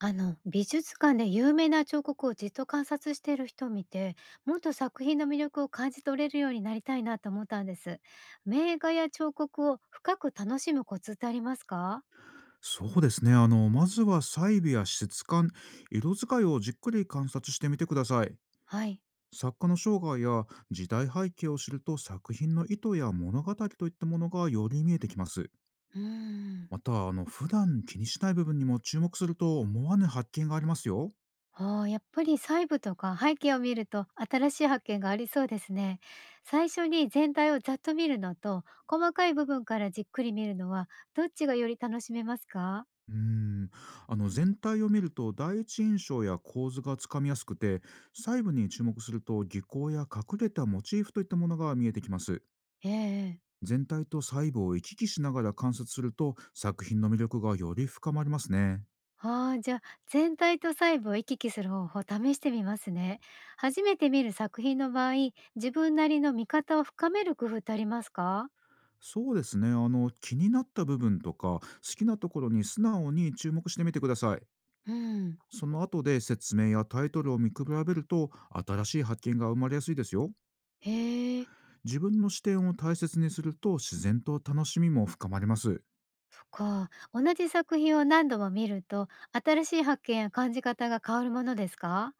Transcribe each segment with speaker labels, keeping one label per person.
Speaker 1: あの美術館で有名な彫刻をじっと観察している人を見て、もっと作品の魅力を感じ取れるようになりたいなと思ったんです。名画や彫刻を深く楽しむコツってありますか？
Speaker 2: そうですね。まずは細部や質感、色使いをじっくり観察してみてください。
Speaker 1: はい。
Speaker 2: 作家の生涯や時代背景を知ると作品の意図や物語といったものがより見えてきます。
Speaker 1: うーん。
Speaker 2: また、普段気にしない部分にも注目すると思わぬ発見がありますよ。
Speaker 1: ああ、やっぱり細部とか背景を見ると新しい発見がありそうですね。最初に全体をざっと見るのと細かい部分からじっくり見るのは、どっちがより楽しめますか？
Speaker 2: うーん。全体を見ると第一印象や構図がつかみやすくて、細部に注目すると技巧や隠れたモチーフといったものが見えてきます。
Speaker 1: ええ。
Speaker 2: 全体と細部を行き来しながら観察すると作品の魅力がより深まりますね。
Speaker 1: ああ、じゃあ、全体と細部を行き来する方法を試してみますね。初めて見る作品の場合、自分なりの見方を深める工夫ってありますか？
Speaker 2: そうですね、気になった部分とか好きなところに素直に注目してみてください。
Speaker 1: うん。
Speaker 2: その後で説明やタイトルを見比べると新しい発見が生まれやすいですよ。
Speaker 1: へえ。
Speaker 2: 自分の視点を大切にすると自然と楽しみも深まります。
Speaker 1: そっか。同じ作品を何度も見ると、新しい発見や感じ方が変わるものですか？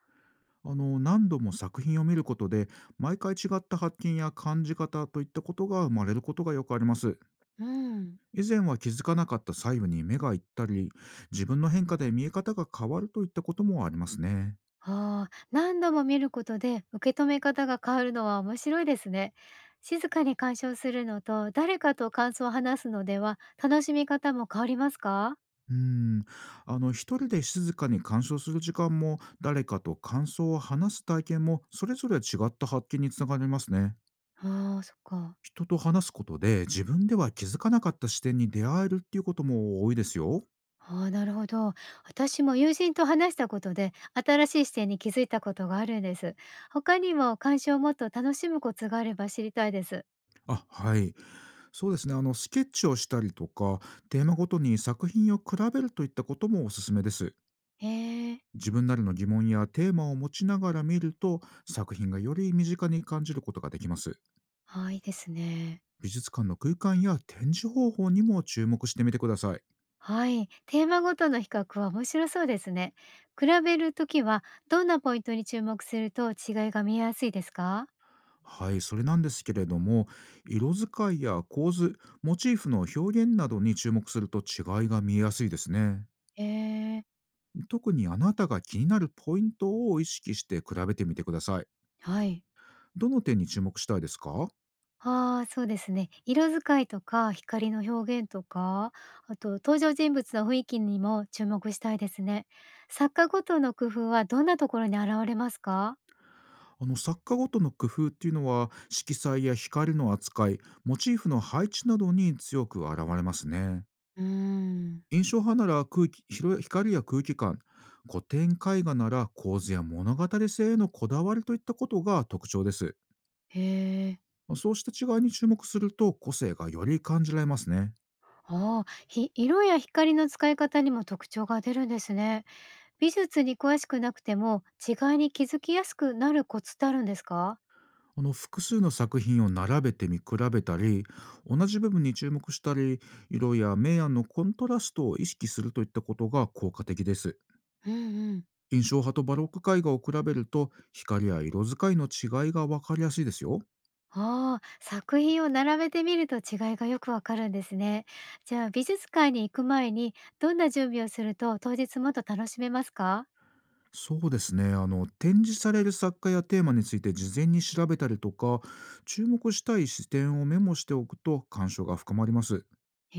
Speaker 2: 何度も作品を見ることで、毎回違った発見や感じ方といったことが生まれることがよくあります。
Speaker 1: うん。
Speaker 2: 以前は気づかなかった細部に目が行ったり、自分の変化で見え方が変わるといったこともありますね。
Speaker 1: ああ、何度も見ることで受け止め方が変わるのは面白いですね。静かに鑑賞するのと誰かと感想を話すのでは楽しみ方も変わりますか？
Speaker 2: うーん一人で静かに鑑賞する時間も、誰かと感想を話す体験も、それぞれ違った発見につながりますね。
Speaker 1: ああ、そっか。
Speaker 2: 人と話すことで自分では気づかなかった視点に出会えるっていうことも多いですよ。
Speaker 1: ああ、なるほど。私も友人と話したことで、新しい視点に気づいたことがあるんです。他にも鑑賞をもっと楽しむコツがあれば知りたいです。
Speaker 2: あ、はい。そうですね、スケッチをしたりとか、テーマごとに作品を比べるといったこともおすすめです。
Speaker 1: へえ。
Speaker 2: 自分なりの疑問やテーマを持ちながら見ると、作品がより身近に感じることができます。
Speaker 1: はい、いいですね。
Speaker 2: 美術館の空間や展示方法にも注目してみてください。
Speaker 1: はい、テーマごとの比較は面白そうですね。比べるときは、どんなポイントに注目すると違いが見えやすいですか？
Speaker 2: はい、それなんですけれども、色使いや構図、モチーフの表現などに注目すると違いが見えやすいですね。
Speaker 1: へえ。
Speaker 2: 特にあなたが気になるポイントを意識して比べてみてください。
Speaker 1: はい。
Speaker 2: どの点に注目したいですか？
Speaker 1: ああ、そうですね。色使いとか光の表現とか、あと登場人物の雰囲気にも注目したいですね。作家ごとの工夫はどんなところに現れますか？
Speaker 2: 作家ごとの工夫っていうのは、色彩や光の扱い、モチーフの配置などに強く現れますね。
Speaker 1: うーん。
Speaker 2: 印象派なら空気、広い光や空気感、古典絵画なら構図や物語性へのこだわりといったことが特徴です。
Speaker 1: へえ。
Speaker 2: そうした違いに注目すると個性がより感じられますね。
Speaker 1: ああ、色や光の使い方にも特徴が出るんですね。美術に詳しくなくても違いに気づきやすくなるコツってあるんですか？
Speaker 2: 複数の作品を並べて見比べたり、同じ部分に注目したり、色や明暗のコントラストを意識するといったことが効果的です。
Speaker 1: うんうん。
Speaker 2: 印象派とバロック絵画を比べると、光や色使いの違いが分かりやすいですよ。
Speaker 1: ああ、作品を並べてみると違いがよくわかるんですね。じゃあ美術館に行く前にどんな準備をすると当日もっと楽しめますか？
Speaker 2: そうですね、展示される作家やテーマについて事前に調べたりとか、注目したい視点をメモしておくと鑑賞が深まります。
Speaker 1: へ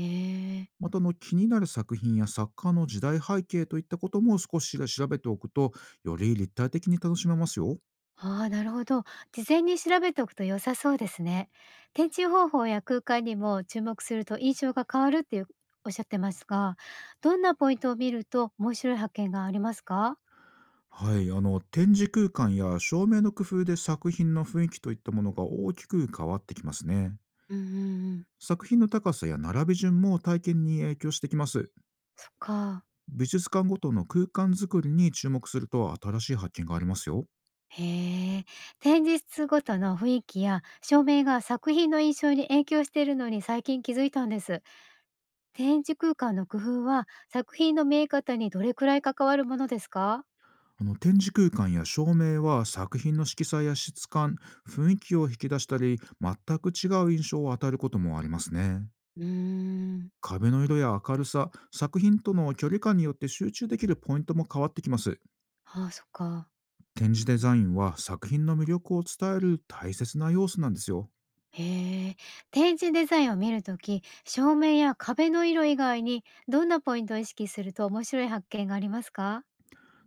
Speaker 1: え。
Speaker 2: また、気になる作品や作家の時代背景といったことも少し調べておくと、より立体的に楽しめますよ。
Speaker 1: ああ、なるほど。事前に調べておくと良さそうですね。展示方法や空間にも注目すると印象が変わるっていうおっしゃってますが、どんなポイントを見ると面白い発見がありますか？
Speaker 2: はい、展示空間や照明の工夫で作品の雰囲気といったものが大きく変わってきますね。
Speaker 1: うんうんうん。
Speaker 2: 作品の高さや並び順も体験に影響してきます。
Speaker 1: そっか。
Speaker 2: 美術館ごとの空間づくりに注目すると新しい発見がありますよ。
Speaker 1: へえ、展示室ごとの雰囲気や照明が作品の印象に影響しているのに最近気づいたんです。展示空間の工夫は作品の見え方にどれくらい関わるものですか？
Speaker 2: 展示空間や照明は、作品の色彩や質感、雰囲気を引き出したり、全く違う印象を与えることもありますね。
Speaker 1: うーん。
Speaker 2: 壁の色や明るさ、作品との距離感によって集中できるポイントも変わってきます。
Speaker 1: ああ、そっか。
Speaker 2: 展示デザインは作品の魅力を伝える大切な要素なんですよ。
Speaker 1: へえ、展示デザインを見るとき、照明や壁の色以外にどんなポイントを意識すると面白い発見がありますか？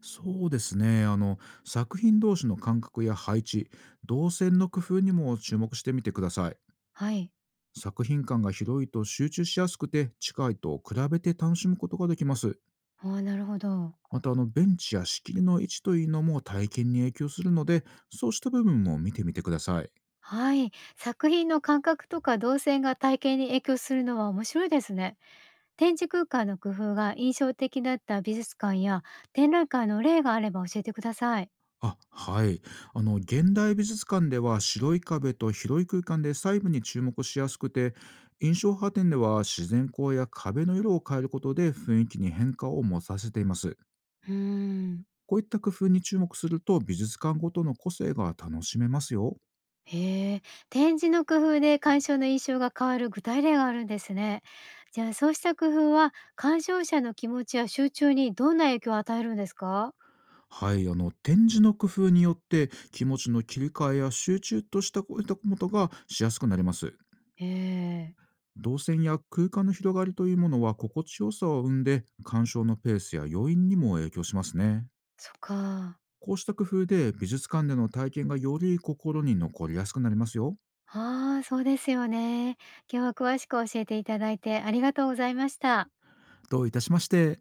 Speaker 2: そうですね。作品同士の間隔や配置、動線の工夫にも注目してみてください。
Speaker 1: はい。
Speaker 2: 作品間が広いと集中しやすくて、近いと比べて楽しむことができます。
Speaker 1: ああ、なるほど。
Speaker 2: また、ベンチや仕切りの位置というのも体験に影響するので、そうした部分も見てみてください。
Speaker 1: はい。作品の感覚とか動線が体験に影響するのは面白いですね。展示空間の工夫が印象的だった美術館や展覧会の例があれば教えてください。
Speaker 2: あ、はい。現代美術館では白い壁と広い空間で細部に注目しやすくて、印象派展では自然光や壁の色を変えることで雰囲気に変化を持たせています。
Speaker 1: うーん。
Speaker 2: こういった工夫に注目すると美術館ごとの個性が楽しめますよ。
Speaker 1: へえ、展示の工夫で鑑賞の印象が変わる具体例があるんですね。じゃあそうした工夫は鑑賞者の気持ちや集中にどんな影響を与えるんですか？
Speaker 2: はい。展示の工夫によって気持ちの切り替えや集中としたこういったことがしやすくなります。
Speaker 1: へえ。
Speaker 2: 動線や空間の広がりというものは心地よさを生んで、鑑賞のペースや余韻にも影響しますね。
Speaker 1: そっか。
Speaker 2: こうした工夫で美術館での体験がより心に残りやすくなりますよ。
Speaker 1: ああ、そうですよね。今日は詳しく教えていただいてありがとうございました。
Speaker 2: どういたしまして。